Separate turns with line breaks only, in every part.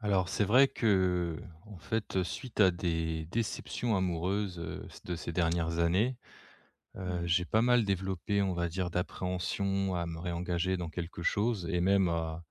Alors c'est vrai que en fait, suite à des déceptions amoureuses, de ces dernières années,
Mmh
j'ai pas mal développé, on va dire, d'appréhension à me réengager dans quelque chose et même à,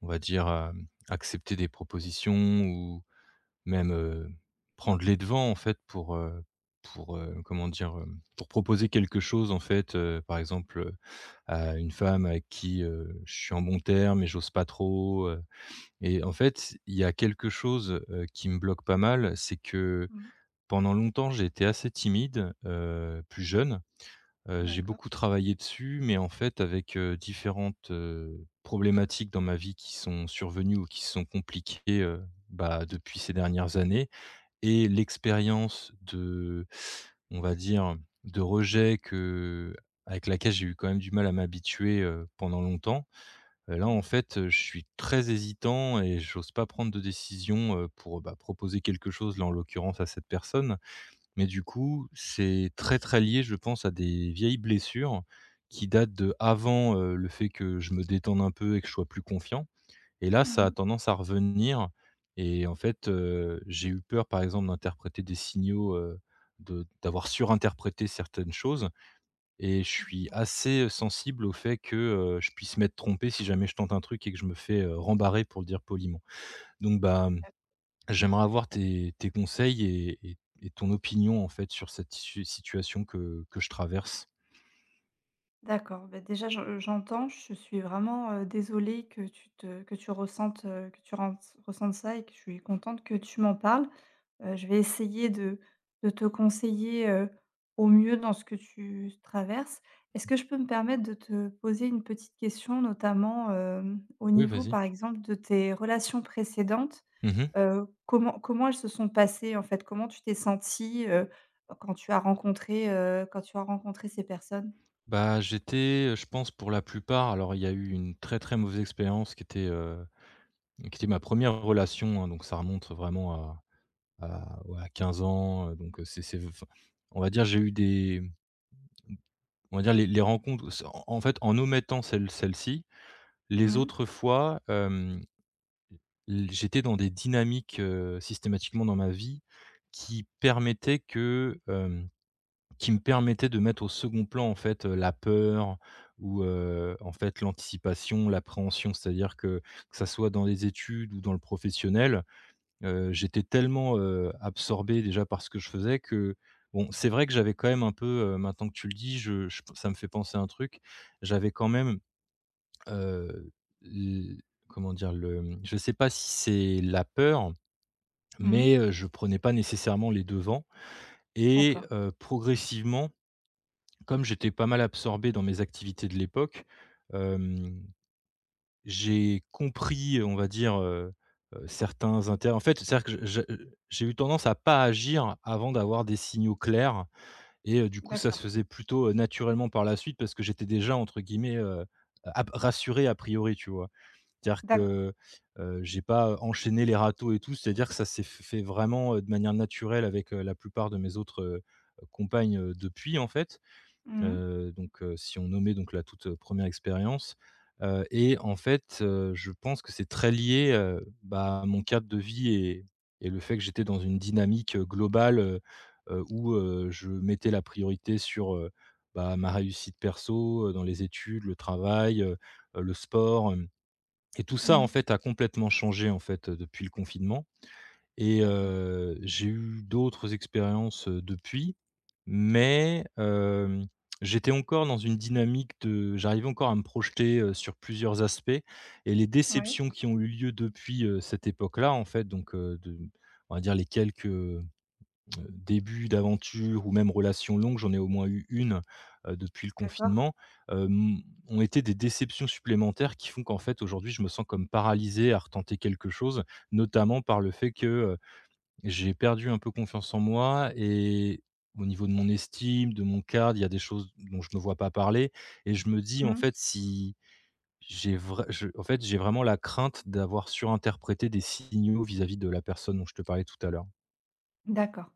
on va dire, à accepter des propositions ou même, prendre les devants en fait pour, comment dire? Pour proposer quelque chose en fait, par exemple, à une femme avec qui, je suis en bon terme mais j'ose pas trop. Et en fait, il y a quelque chose, qui me bloque pas mal, c'est que
Mmh.
pendant longtemps, j'ai été assez timide, plus jeune. J'ai
D'accord,
beaucoup travaillé dessus, mais en fait avec, différentes, problématiques dans ma vie qui sont survenues ou qui se sont compliquées, bah, depuis ces dernières années et l'expérience de, on va dire, de rejet que, avec laquelle j'ai eu quand même du mal à m'habituer, pendant longtemps. Là, en
d'accord.
fait, je suis très hésitant et j'ose pas prendre de décision, pour, bah, proposer quelque chose, là, en l'occurrence, à cette personne. Mais du coup, c'est très, très lié, je pense, à des vieilles blessures qui datent d'avant, le fait que je me détende un peu et que je sois plus confiant. Et là, ça a
Mmh
tendance à revenir. Et en fait, j'ai eu peur, par exemple, d'interpréter des signaux, de d'avoir surinterprété certaines choses. Et je suis assez sensible au fait que, je puisse m'être trompé si jamais je tente un truc et que je me fais, rembarrer pour le dire poliment. Donc bah, j'aimerais avoir tes conseils et ton opinion en fait sur cette su situation que je traverse.
D'accord, beh, déjà je j'entends, je suis vraiment, désolée que tu te que tu ressentes, que tu rentes ressentes ça et que je suis contente que tu m'en parles. Je vais essayer de te conseiller, au mieux dans ce que tu traverses. Est-ce que je peux me permettre de te poser une petite question, notamment, au
Oui,
niveau,
vas-y.
par exemple, de tes relations précédentes?
Mmh.
Comment elles se sont passées, en fait? Comment tu t'es sentie, quand tu as rencontré, ces personnes?
Bah, j'étais, je pense pour la plupart. Alors il y a eu une très, très mauvaise expérience qui était, ma première relation, hein. Donc ça remonte vraiment à ouais, à 15 ans, donc, c'est enfin, on va dire j'ai eu des. On va dire les rencontres s en en fait, en omettant celle-ci,
Mmh
les
mh.
autres fois, l j'étais dans des dynamiques, systématiquement dans ma vie qui permettaient que, hem, qui me permettaient de mettre au second plan, en fait, la peur ou, en fait, l'anticipation, l'appréhension. C'est-à-dire que ça soit dans les études ou dans le professionnel. J'étais tellement, absorbé déjà par ce que je faisais que bon, c'est vrai que j'avais quand même un peu, maintenant que tu le dis, je ça me fait penser à un truc. J'avais quand même, heu, l comment dire? Le, je sais pas si c'est la peur,
Mmh
mais je prenais pas nécessairement les devants et
D'accord,
progressivement, comme j'étais pas mal absorbé dans mes activités de l'époque. J'ai compris, on va dire, certains intérêts en fait, c'est-à-dire que je j'ai eu tendance à pas agir avant d'avoir des signaux clairs. Et du coup, ça se
d'accord,
faisait plutôt, naturellement par la suite parce que j'étais déjà entre guillemets, ap «rassuré» a priori, tu vois? C'est-à-dire
d'accord.
que, j'ai pas enchaîné les râteaux et tout, c'est-à-dire que ça s'est fait vraiment, de manière naturelle avec, la plupart de mes autres, compagnes, depuis en fait.
Mmh mh.
Si on nommait donc la toute, première expérience, et en fait, je pense que c'est très lié, bah, à mon cadre de vie et le fait que j'étais dans une dynamique, globale, où, je mettais la priorité sur, bah, ma réussite perso, dans les études, le travail, le sport, hem et tout ça, en
Mmh
fait, a complètement changé, en fait, depuis le confinement. Et
D'accord.
j'ai eu d'autres expériences, depuis, mais j'étais encore dans une dynamique de j'arrivais encore à me projeter, sur plusieurs aspects et les
Ouais,
déceptions qui ont eu lieu depuis, cette époque-là, en fait, de, on va dire, les quelques, débuts d'aventure ou même relations longues, j'en ai au moins eu une depuis le
d'accord.
confinement, hem, ont été des déceptions supplémentaires qui font qu'en fait, aujourd'hui, je me sens comme paralysé à retenter quelque chose, notamment par le fait que, j'ai perdu un peu confiance en moi et au niveau de mon estime, de mon cadre, il y a des choses dont je ne me vois pas parler. Et je me dis en
Mmh.
fait si j'ai vrai je en fait, j'ai vraiment la crainte d'avoir surinterprété des signaux vis-à-vis de la personne dont je te parlais tout à l'heure.
D'accord.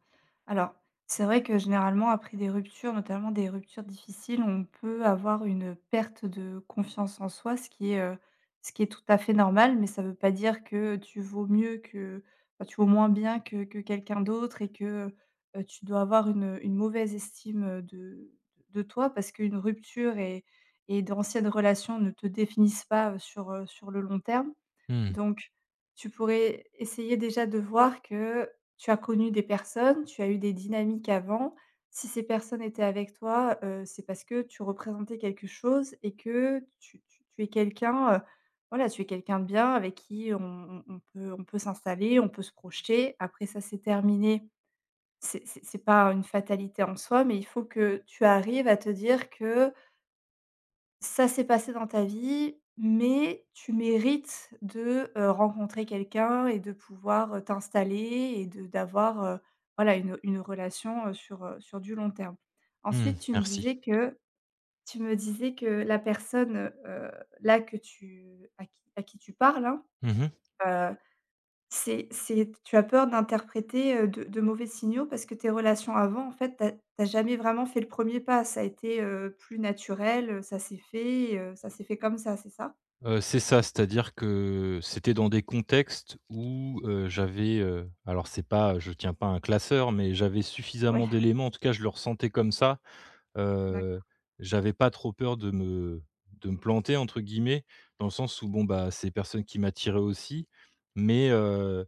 Alors, c'est vrai que généralement, après des ruptures, notamment des ruptures difficiles, on peut avoir une perte de confiance en soi, ce qui est tout à fait normal, mais ça ne veut pas dire que tu vaux mieux que tu vaux moins bien que quelqu'un d'autre et que, tu dois avoir une mauvaise estime, de toi parce qu'une rupture et d'anciennes relations ne te définissent pas, sur, sur le long terme.
Mmh,
Donc, tu pourrais essayer déjà de voir que tu as connu des personnes, tu as eu des dynamiques avant. Si ces personnes étaient avec toi, c'est parce que tu représentais quelque chose et que tu es quelqu'un, voilà, tu es quelqu'un de bien avec qui on peut on peut s'installer, on peut se projeter. Après ça, c'est terminé. C'est pas une fatalité en soi, mais il faut que tu arrives à te dire que ça s'est passé dans ta vie, mais tu mérites de, rencontrer quelqu'un et de pouvoir, t'installer et de d'avoir, voilà une relation, sur, sur du long terme.
mmh,
Ensuite,
merci.
tu me disais que la personne, là que tu à qui tu parles, hein,
Mmh mh.
c'est tu as peur d'interpréter, de mauvais signaux parce que tes relations avant, en fait, t'as as jamais vraiment fait le premier pas. Ça a été, plus naturel, ça s'est fait comme ça, c'est ça?
C'est ça, c'est-à-dire que c'était dans des contextes où, j'avais, alors c'est pas je tiens pas un classeur, mais j'avais suffisamment
Oui,
d'éléments, en tout cas je le ressentais comme ça. Heu,
d'accord.
J'avais pas trop peur de «me planter» entre guillemets, dans le sens où bon, bah, c'est des personnes qui m'attiraient aussi, mais heu,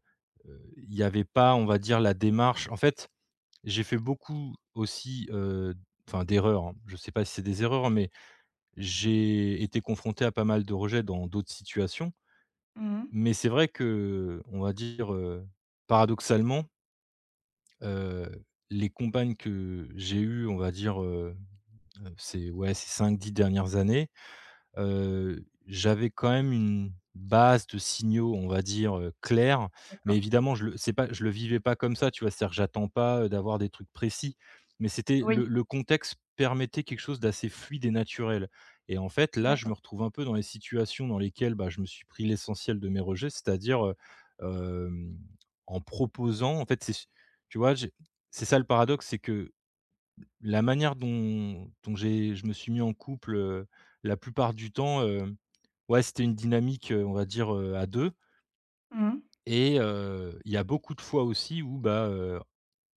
heu, il y avait pas, on va dire, la démarche en fait. J'ai fait beaucoup aussi, enfin d'erreurs, hein. Je sais pas si c'est des erreurs, mais j'ai été confronté à pas mal de rejets dans d'autres situations.
Mmh
Mais c'est vrai que on va dire, paradoxalement, heu, les compagnes que j'ai eues, on va dire, ces ouais, ces cinq dix dernières années, j'avais quand même une base de signaux, on va dire, clairs. Mais
D'accord.
évidemment, je le c'est pas je le vivais pas comme ça, tu vois? C'est-à-dire que j'attends pas, d'avoir des trucs précis. Mais c'était le
Oui,
le contexte permettait quelque chose d'assez fluide et naturel. Et en fait, là, je me
d'accord.
retrouve un peu dans les situations dans lesquelles, bah, je me suis pris l'essentiel de mes rejets, c'est-à-dire, hem, en proposant en fait, c'est tu vois? J'ai c'est ça le paradoxe, c'est que, la manière dont j'ai je me suis mis en couple, la plupart du temps, ouais, c'était une dynamique, on va dire, à deux.
Mmh mh.
Et il y a beaucoup de fois aussi où, bah,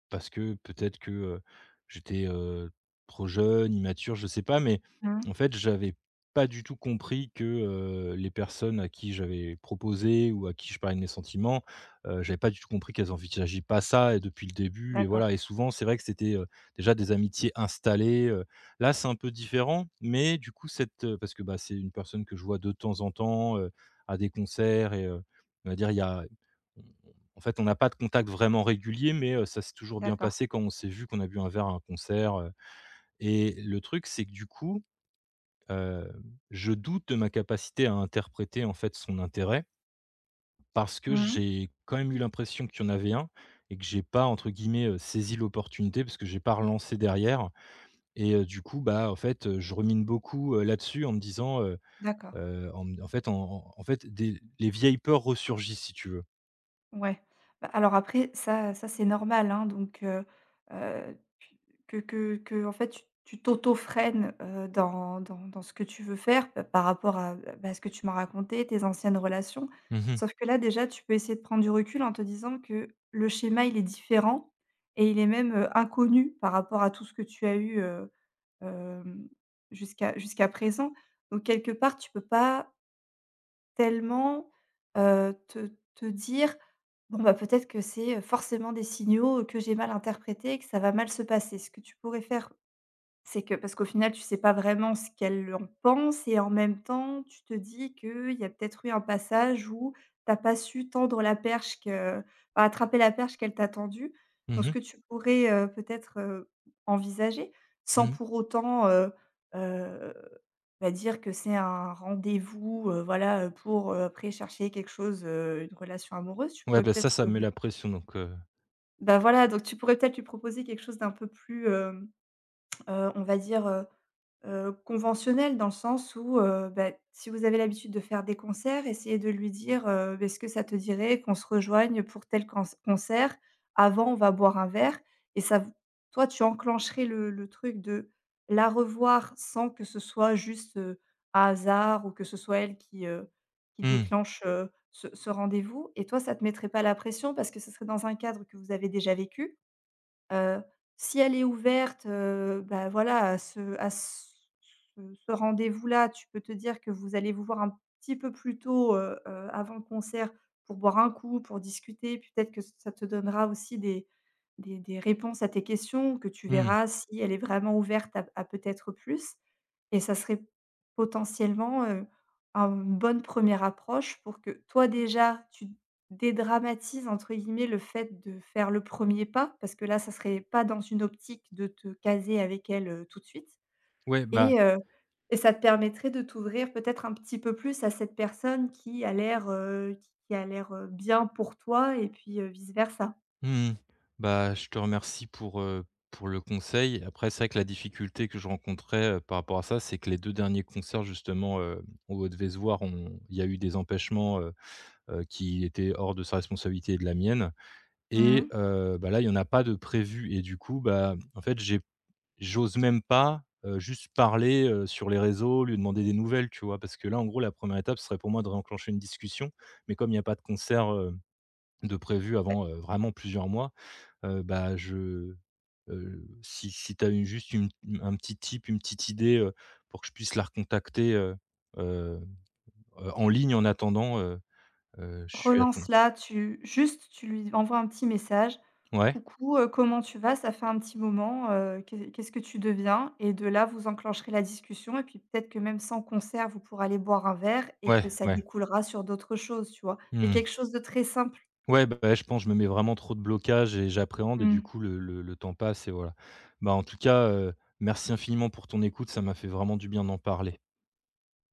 parce que peut-être que, j'étais, trop jeune, immature, je sais pas, mais
Mmh
en fait, j'avais pas du tout compris que, les personnes à qui j'avais proposé ou à qui je parlais de mes sentiments, j'avais pas du tout compris qu'elles envisageaient pas ça et depuis le début et
D'accord,
voilà. Et souvent, c'est vrai que c'était, déjà des amitiés installées, Là, c'est un peu différent, mais du coup, cette, parce que, bah, c'est une personne que je vois de temps en temps, à des concerts et on va dire, il y a en fait, on n'a pas de contact vraiment régulier, mais ça s'est toujours bien
d'accord.
passé quand on s'est vu, qu'on a bu un verre à un concert, et le truc, c'est que du coup, heu, je doute de ma capacité à interpréter, en fait, son intérêt parce que
Mmh
j'ai quand même eu l'impression qu'il y en avait un et que j'ai pas, entre guillemets, «saisi l'opportunité» parce que j'ai pas relancé derrière. Et du coup, bah, en fait, je remine beaucoup, là-dessus en me disant,
D'accord.
en fait, en en en fait, des les vieilles peurs ressurgissent, si tu veux.
Ouais. Bah, alors après ça c'est normal, hein, donc heu, tu que, en fait tu t'auto-freines, dans ce que tu veux faire, pa par rapport à, bah, ce que tu m'as raconté, tes anciennes relations.
Mmh mh.
Sauf que là déjà tu peux essayer de prendre du recul en te disant que le schéma il est différent et il est même, inconnu par rapport à tout ce que tu as eu, hem, jusqu'à présent. Donc quelque part tu peux pas tellement, te dire Bon, bah, peut-être que c'est, forcément des signaux, que j'ai mal interprétés et que ça va mal se passer. Ce que tu pourrais faire c'est que parce qu'au final, tu sais pas vraiment ce qu'elle en pense et en même temps, tu te dis qu'il y a peut-être eu un passage où t'as pas su tendre la perche que attraper la perche qu'elle t'a tendue. Donc ce
Mmh.
que tu pourrais, peut-être, envisager sans
Mmh.
pour autant, heu, bah, dire que c'est un rendez-vous, voilà, pour, après chercher quelque chose, une relation amoureuse. Tu
Ouais,
pourrais
bah, ça,
peut-être,
ça me met
lui
la pression donc
bah, voilà, donc tu pourrais peut-être lui proposer quelque chose d'un peu plus, hem on va dire, conventionnelle dans le sens où, bah, si vous avez l'habitude de faire des concerts, essayez de lui dire, «Est-ce que ça te dirait qu'on se rejoigne pour tel canc concert? Avant, on va boire un verre» et ça v toi, tu enclencherais le truc de la revoir sans que ce soit juste, un hasard ou que ce soit elle qui
Mmh.
déclenche, ce rendez-vous et toi, ça te mettrait pas la pression parce que ce serait dans un cadre que vous avez déjà vécu. Heu, si elle est ouverte, bah, voilà, à ce rendez-vous-là, tu peux te dire que vous allez vous voir un petit peu plus tôt, avant le concert pour boire un coup, pour discuter. Puis peut-être que ça te donnera aussi des réponses à tes questions que tu
Mmh.
verras si elle est vraiment ouverte à peut-être plus. Et ça serait potentiellement, une bonne première approche pour que toi déjà tu «dédramatises» entre guillemets le fait de faire le premier pas, parce que là, ça serait pas dans une optique de te caser avec elle, tout de suite
Ouais, bah,
et heu et ça te permettrait de t'ouvrir peut-être un petit peu plus à cette personne qui a l'air, bien pour toi et puis, vice versa.
mmh mh. Bah, je te remercie pour, pour le conseil. Après, c'est vrai que la difficulté que je rencontrais, par rapport à ça, c'est que les 2 derniers concerts justement, au Haut-de-Vésoire, on il y a eu des empêchements, qui étaient hors de sa responsabilité et de la mienne. Et
Mmh
bah, là, il y en a pas de prévu et du coup, bah, en fait, j'ose même pas, juste parler, sur les réseaux, lui demander des nouvelles, tu vois? Parce que là, en gros, la première étape, serait pour moi de réenclencher une discussion, mais comme il y a pas de concert, de prévu avant, vraiment plusieurs mois, bah, je si tu as une juste une un petit tip, une petite idée, pour que je puisse la recontacter, heu en ligne en attendant, je suis à ton
Relance-la, tu juste, tu lui envoies un petit message:
ouais,
«Coucou, comment tu vas? Ça fait un petit moment, qu'est-ce que tu deviens?» et de là, vous enclencherez la discussion et puis peut-être que même sans concert, vous pourrez aller boire un verre et
ouais,
que ça
ouais.
découlera sur d'autres choses, tu vois? Mais
Mmh.
quelque chose de très simple.
Ouais, bah, ouais, je pense que je me mets vraiment trop de blocage et j'appréhende et du
Mmh.
coup le temps passe et voilà. Bah, en tout cas, merci infiniment pour ton écoute, ça m'a fait vraiment du bien d'en parler.